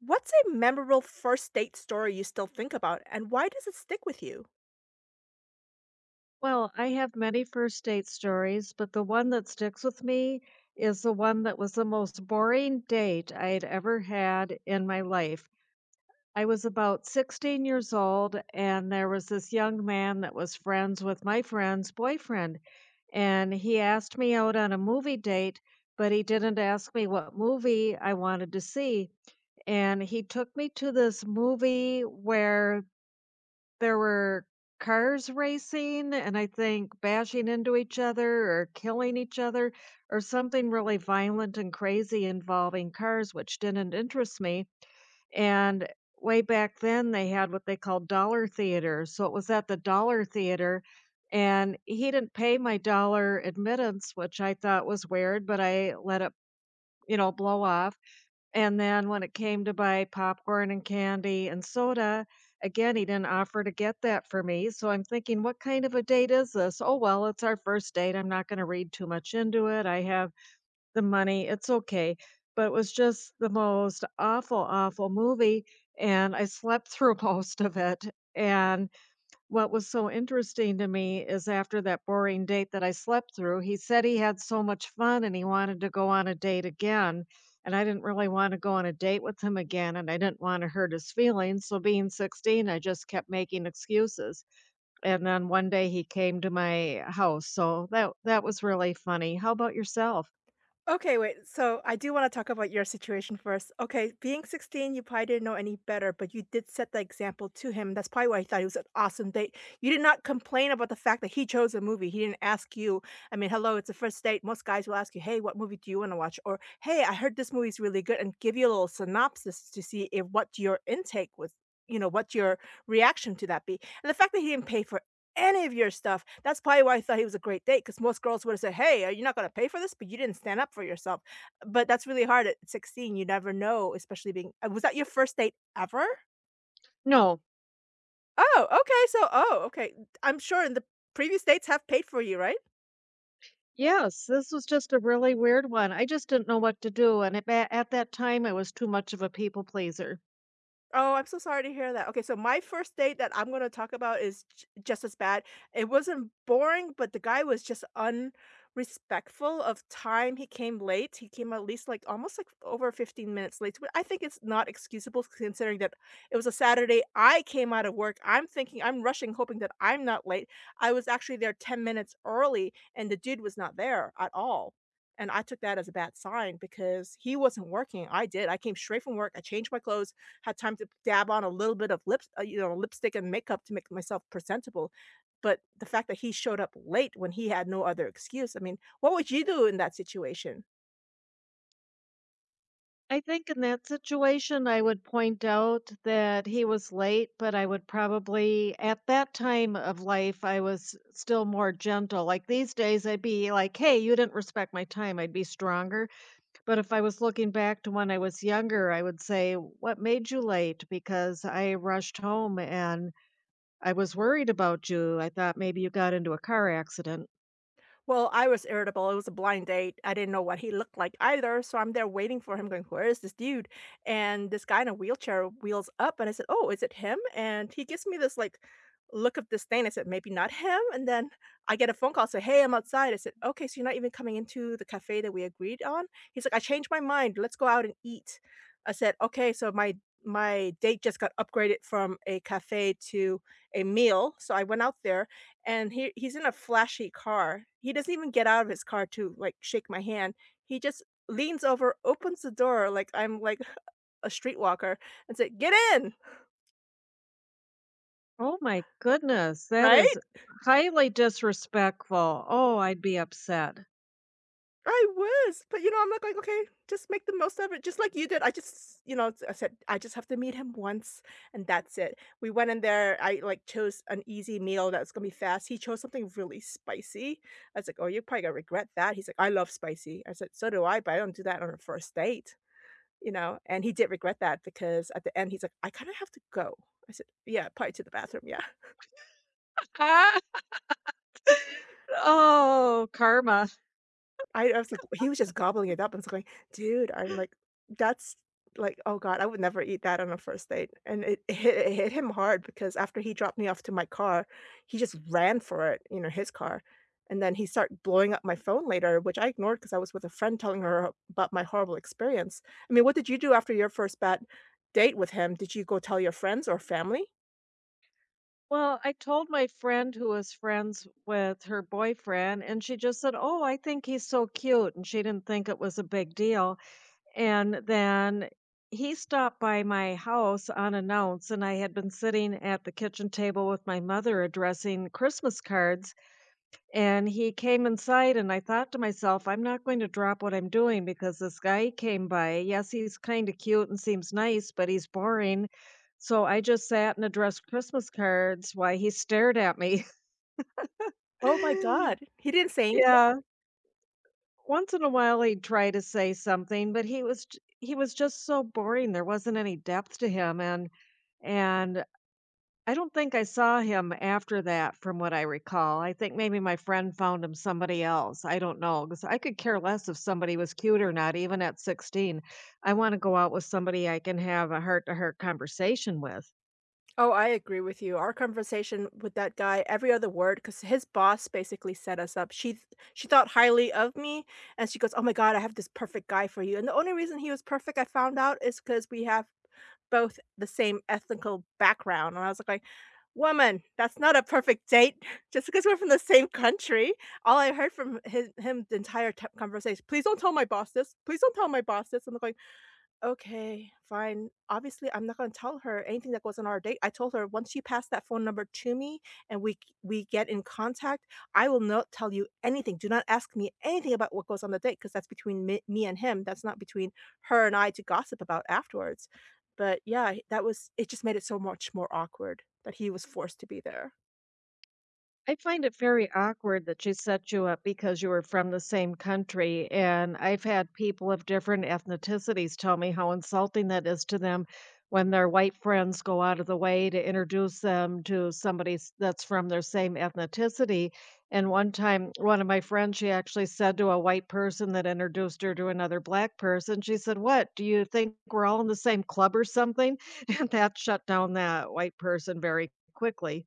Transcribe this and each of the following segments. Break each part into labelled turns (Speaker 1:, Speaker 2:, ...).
Speaker 1: What's a memorable first date story you still think about, and why does it stick with you?
Speaker 2: Well, I have many first date stories, but the one that sticks with me is the one that was the most boring date I had ever had in my life. I was about 16 years old, and there was this young man that was friends with my friend's boyfriend. And he asked me out on a movie date, but he didn't ask me what movie I wanted to see. And he took me to this movie where there were cars racing and I think bashing into each other or killing each other or something really violent and crazy involving cars, which didn't interest me, and way back then, they had what they called dollar theaters, so it was at the dollar theater, and he didn't pay my dollar admittance, which I thought was weird, but I let it, blow off, and then when it came to buy popcorn and candy and soda, again, he didn't offer to get that for me. So I'm thinking, what kind of a date is this? Oh, well, it's our first date. I'm not going to read too much into it. I have the money. It's okay. But it was just the most awful, awful movie. And I slept through most of it. And what was so interesting to me is after that boring date that I slept through, he said he had so much fun and he wanted to go on a date again. And I didn't really want to go on a date with him again, and I didn't want to hurt his feelings. So, being 16, I just kept making excuses. And then one day he came to my house. So, that was really funny. How about yourself?
Speaker 1: Okay, wait. So I do want to talk about your situation first. Okay, being 16, you probably didn't know any better, but you did set the example to him. That's probably why he thought it was an awesome date. You did not complain about the fact that he chose a movie. He didn't ask you. I mean, hello, it's a first date. Most guys will ask you, hey, what movie do you want to watch? Or, hey, I heard this movie's really good, and give you a little synopsis to see if what your intake was. You know what your reaction to that be, and the fact that he didn't pay for any of your stuff. That's probably why I thought he was a great date. Because most girls would've said, "Hey, are you not gonna pay for this?" But you didn't stand up for yourself. But that's really hard at 16, you never know, especially being was that your first date ever?
Speaker 2: No,
Speaker 1: Oh, okay, so oh, okay. I'm sure in the previous dates have paid for you, right?
Speaker 2: yes, this was just a really weird one. I just didn't know what to do. And at that time, I was too much of a people pleaser.
Speaker 1: Oh, I'm so sorry to hear that. Okay, so my first date that I'm gonna talk about is j just as bad. It wasn't boring, but the guy was just unrespectful of time. He came late. He came at least, like, almost, like, over 15 minutes late, but I think it's not excusable considering that it was a Saturday. I came out of work. I'm thinking I'm rushing, hoping that I'm not late. I was actually there 10 minutes early, and the dude was not there at all, and I took that as a bad sign because he wasn't working. I did. I came straight from work. I changed my clothes had time to dab on a little bit of lipstick and makeup to make myself presentable. But the fact that he showed up late when he had no other excuse, I mean, what would you do in that situation?
Speaker 2: I think in that situation, I would point out that he was late, but I would probably at that time of life, I was still more gentle. Like these days, I'd be like, hey, you didn't respect my time. I'd be stronger. But if I was looking back to when I was younger, I would say, what made you late? Because I rushed home and I was worried about you. I thought maybe you got into a car accident.
Speaker 1: Well, I was irritable. It was a blind date. I didn't know what he looked like either. So I'm there waiting for him, going, where is this dude? And this guy in a wheelchair wheels up and I said, oh, is it him? And he gives me this like look of disdain. I said, maybe not him. And then I get a phone call, say, hey, I'm outside. I said, okay, so you're not even coming into the cafe that we agreed on? He's like, I changed my mind. Let's go out and eat. I said, okay, so my date just got upgraded from a cafe to a meal. So I went out there and he's in a flashy car. He doesn't even get out of his car to, like, shake my hand. He just leans over, opens the door like I'm, like, a streetwalker and said, "Get in!"
Speaker 2: Oh my goodness, that
Speaker 1: Right?
Speaker 2: is highly disrespectful. Oh, I'd be upset.
Speaker 1: I was, but, you know, I'm like, "Okay, just make the most of it," just like you did. I just you know, I said, "I just have to meet him once, and that's it." We went in there, I, like, chose an easy meal that was gonna be fast. He chose something really spicy. I was like, "Oh, you're probably gonna regret that." He's like, "I love spicy." I said, "So do I, but I don't do that on a first date." You know, and he did regret that because at the end, he's like, "I kinda have to go." I said, "Yeah, probably to the bathroom, yeah."
Speaker 2: Oh, karma.
Speaker 1: I was like he was just gobbling it up, I was going, "Dude," I'm like, "That's like, oh god, I would never eat that on a first date." And it hit him hard because after he dropped me off to my car, he just ran for it, you know, his car, and then he started blowing up my phone later, which I ignored because I was with a friend telling her about my horrible experience. I mean, what did you do after your first bad date with him, did you go tell your friends or family?
Speaker 2: Well, I told my friend who was friends with her boyfriend, and she just said, "Oh, I think he's so cute," and she didn't think it was a big deal. And then he stopped by my house unannounced, and I had been sitting at the kitchen table with my mother addressing Christmas cards, and he came inside, and I thought to myself, I'm not going to drop what I'm doing because this guy came by. Yes, he's kind of cute and seems nice, but he's boring. So I just sat and addressed Christmas cards while he stared at me.
Speaker 1: Oh my god, he didn't say anything?
Speaker 2: Yeah. Once in a while he'd try to say something, but he was just so boring. There wasn't any depth to him, and I don't think I saw him after that from what I recall. I think maybe my friend found him somebody else, I don't know, because I could care less if somebody was cute or not, even at 16. I wanna go out with somebody I can have a heart-to-heart conversation with.
Speaker 1: Oh, I agree with you. Our conversation with that guy, every other word, because his boss basically set us up. She thought highly of me, and she goes, "Oh my god, I have this perfect guy for you." And the only reason he was perfect, I found out, is because we have both the same ethnical background. And I was like, "Woman, that's not a perfect date. Just because we're from the same country." All I heard from his him the entire t conversation, "Please don't tell my boss this. Please don't tell my boss this." I'm like. Okay, fine. Obviously, I'm not gonna tell her anything that goes on our date. I told her once she passed that phone number to me and we get in contact, I will not tell you anything. Do not ask me anything about what goes on the date because that's between me and him. That's not between her and I to gossip about afterwards. But yeah, that was it just made it so much more awkward that he was forced to be there.
Speaker 2: I find it very awkward that she set you up because you were from the same country. And I've had people of different ethnicities tell me how insulting that is to them when their white friends go out of the way to introduce them to that's from their same ethnicity. And one time, one of my friends, she actually said to a white person that introduced her to another black person, she said, what, do you think we're all in the same club or something? And that shut down that white person very quickly.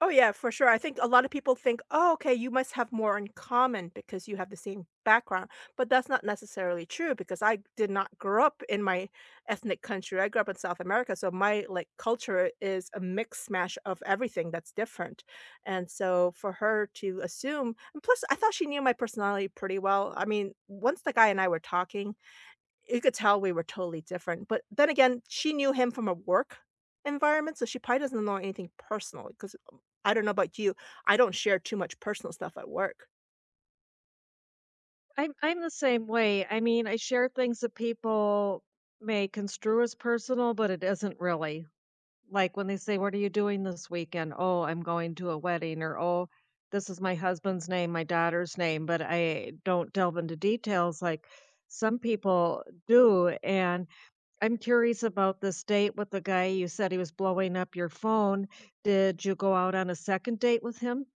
Speaker 1: Oh, yeah, for sure. I think a lot of people think, "Oh, okay, you must have more in common because you have the same background." But that's not necessarily true because I did not grow up in my ethnic country. I grew up in South America, so my, like, culture is a mix mash of everything that's different. And so for her to assume and plus, I thought she knew my personality pretty well. I mean, once the guy and I were talking, you could tell we were totally different, but then again, she knew him from a work environment, so she probably doesn't know anything personal. Because I don't know about you, I don't share too much personal stuff at work.
Speaker 2: I'm the same way. I mean, I share things that people may construe as personal, but it isn't really. Like when they say, "What are you doing this weekend?" "Oh, I'm going to a wedding," or "Oh, this is my husband's name, my daughter's name," but I don't delve into details like some people do. And I'm curious about this date with the guy you said he was blowing up your phone. Did you go out on a second date with him?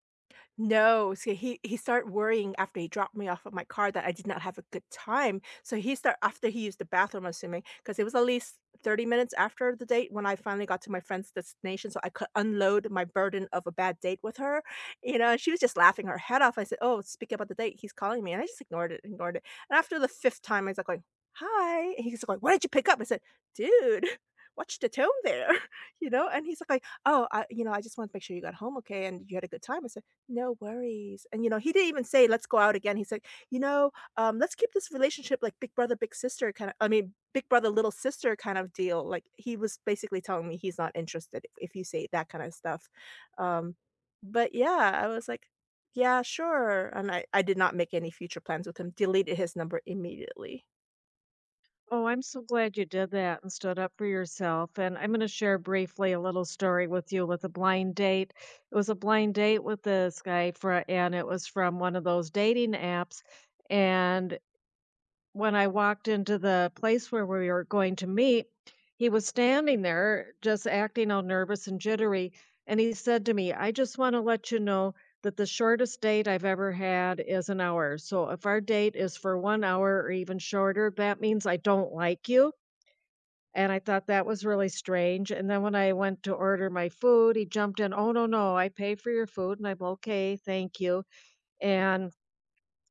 Speaker 1: No, so he started worrying after he dropped me off at my car that I did not have a good time. So he start after he used the bathroom, I'm assuming, because it was at least 30 minutes after the date when I finally got to my friend's destination, so I could unload my burden of a bad date with her. You know, she was just laughing her head off. I said, "Oh, speak about the date. He's calling me," and I just ignored it, ignored it. And after the fifth time, I was like, going, "Hi," and he's like, "Why did you pick up?" I said, "Dude." Watch the tone there, you know? And he's like, "Oh, I, you know, I just want to make sure you got home okay and you had a good time." I said, no worries, and, you know, he didn't even say, "Let's go out again." He said, "You know, let's keep this relationship like big brother, big sister kinda I mean, big brother, little sister kind of deal." Like, he was basically telling me he's not interested if you say that kinda stuff, um, but yeah, I was like, "Yeah, sure," and I did not make any future plans with him, deleted his number immediately.
Speaker 2: Oh, I'm so glad you did that and stood up for yourself. And I'm going to share briefly a little story with you with a blind date. It was a blind date with this guy for, and it was from one of those dating apps. And when I walked into the place where we were going to meet, he was standing there just acting all nervous and jittery. And he said to me, I just want to let you know that the shortest date I've ever had is an hour. So if our date is for one hour or even shorter, that means I don't like you. And I thought that was really strange. And then when I went to order my food, he jumped in, oh, no, no, I pay for your food. And I'm okay, thank you. And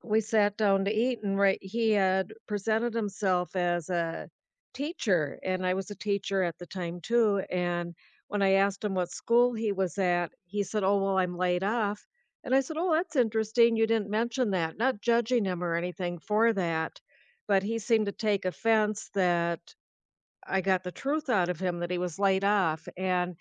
Speaker 2: we sat down to eat and right he had presented himself as a teacher and I was a teacher at the time too, and when I asked him what school he was at, he said, oh, well, I'm laid off. And I said, oh, that's interesting, you didn't mention that, not judging him or anything for that, but he seemed to take offense that I got the truth out of him that he was laid off. And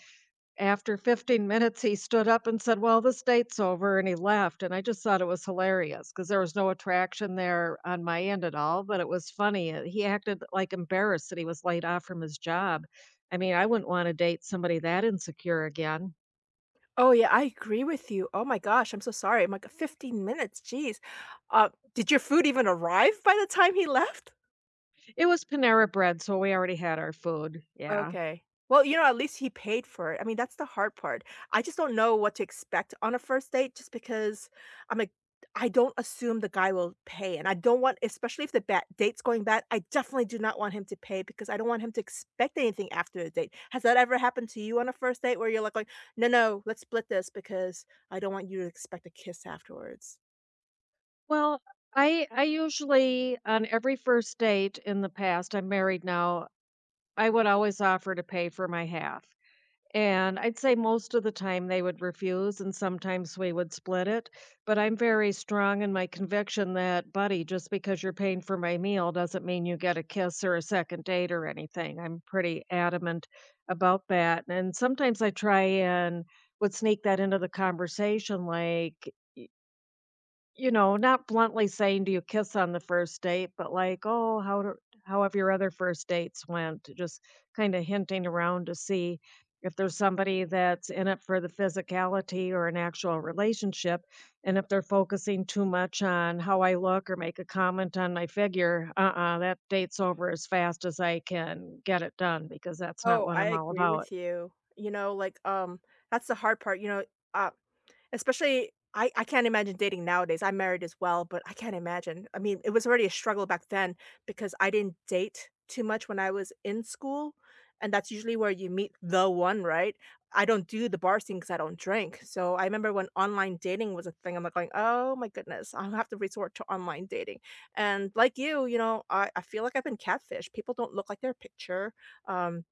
Speaker 2: after 15 minutes, he stood up and said, "Well, this date's over," and he left, and I just thought it was hilarious because there was no attraction there on my end at all, but it was funny, he acted, like, embarrassed that he was laid off from his job. I mean, I wouldn't wanna date somebody that insecure again.
Speaker 1: Oh, yeah, I agree with you. Oh my gosh, I'm so sorry. I'm like, "15 minutes, jeez." Did your food even arrive by the time he left?
Speaker 2: It was Panera Bread, so we already had our food, yeah.
Speaker 1: Okay. Well, you know, at least he paid for it. I mean, that's the hard part. I just don't know what to expect on a first date just because I'm like, I don't assume the guy will pay. And I don't want, especially if the bad date's going bad, I definitely do not want him to pay because I don't want him to expect anything after the date. Has that ever happened to you on a first date where you're like no, no, let's split this because I don't want you to expect a kiss afterwards?
Speaker 2: Well, I usually on every first date in the past, I'm married now, I would always offer to pay for my half. And I'd say most of the time they would refuse, and sometimes we would split it. But I'm very strong in my conviction that, buddy, just because you're paying for my meal doesn't mean you get a kiss or a second date or anything. I'm pretty adamant about that. And sometimes I try and would sneak that into the conversation like, you know, not bluntly saying, "Do you kiss on the first date?" But like, "Oh, how have your other first dates went?" Just kinda hinting around to see if there's somebody that's in it for the physicality or an actual relationship, and if they're focusing too much on how I look or make a comment on my figure, uh-uh, that date's over as fast as I can get it done because that's not
Speaker 1: Oh,
Speaker 2: what
Speaker 1: I
Speaker 2: I'm all
Speaker 1: agree
Speaker 2: about.
Speaker 1: with you. You know, like, that's the hard part. You know, uh, especially I can't imagine dating nowadays, I'm married as well, but I can't imagine. I mean, it was already a struggle back then because I didn't date too much when I was in school, and that's usually where you meet the one, right? I don't do the bar scene because I don't drink, so I remember when online dating was a thing, I'm like going, "Oh my goodness, I'll have to resort to online dating." And like you know, I feel like I've been catfished. People don't look like their picture, um,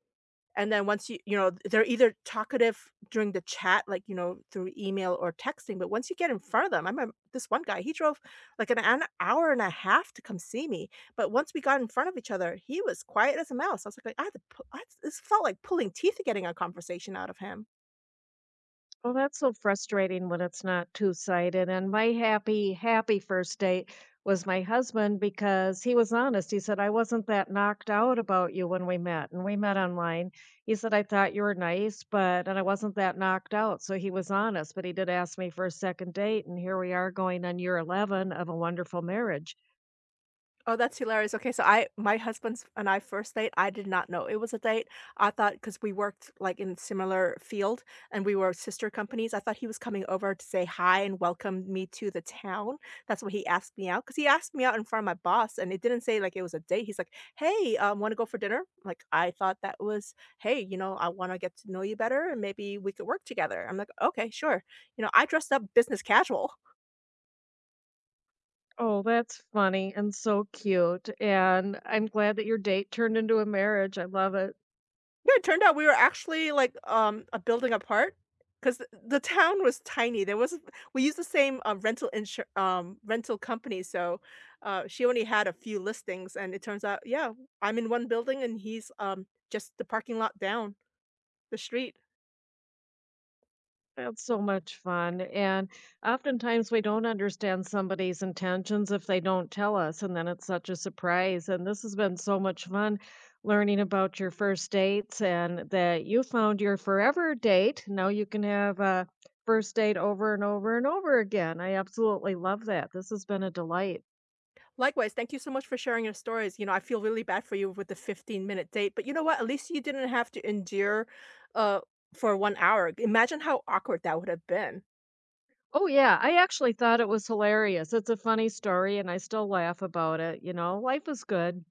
Speaker 1: and then once you they're either talkative during the chat, like, you know, through email or texting, but once you get in front of them I remem this one guy, he drove like an hour and a half to come see me, but once we got in front of each other, he was quiet as a mouse. I was like, I had to pu I had to- this felt like pulling teeth to getting a conversation out of him.
Speaker 2: Well, that's so frustrating when it's not two-sided, and my happy, happy first date was my husband because he was honest. He said, "I wasn't that knocked out about you when we met," and we met online. He said, "I thought you were nice, but" and I wasn't that knocked out, so he was honest, but he did ask me for a second date, and here we are going on year 11 of a wonderful marriage.
Speaker 1: Oh, that's hilarious. Okay, so I my husband's and I first date, I did not know it was a date. I thought because we worked, like, in similar field and we were sister companies, I thought he was coming over to say hi and welcome me to the town. That's why he asked me out. Cause he asked me out in front of my boss, and it didn't say, like, it was a date. He's like, "Hey, wanna go for dinner?" Like, I thought that was, "Hey, you know, I wanna get to know you better, and maybe we could work together." I'm like, "Okay, sure." You know, I dressed up business casual.
Speaker 2: Oh, that's funny and so cute, and I'm glad that your date turned into a marriage. I love it.
Speaker 1: Yeah, it turned out we were actually, like, a building apart, because the town was tiny. There was we used the same, rental company, so, she only had a few listings, and it turns out, yeah, I'm in one building and he's, just the parking lot down the street.
Speaker 2: That's so much fun, and oftentimes we don't understand somebody's intentions if they don't tell us, and then it's such a surprise, and this has been so much fun learning about your first dates and that you found your forever date. Now you can have a first date over and over and over again. I absolutely love that. This has been a delight.
Speaker 1: Likewise, thank you so much for sharing your stories. You know, I feel really bad for you with the 15-minute date, but you know what? At least you didn't have to endure, uh, for 1 hour. Imagine how awkward that would have been.
Speaker 2: Oh, yeah, I actually thought it was hilarious. It's a funny story, and I still laugh about it, you know? Life is good.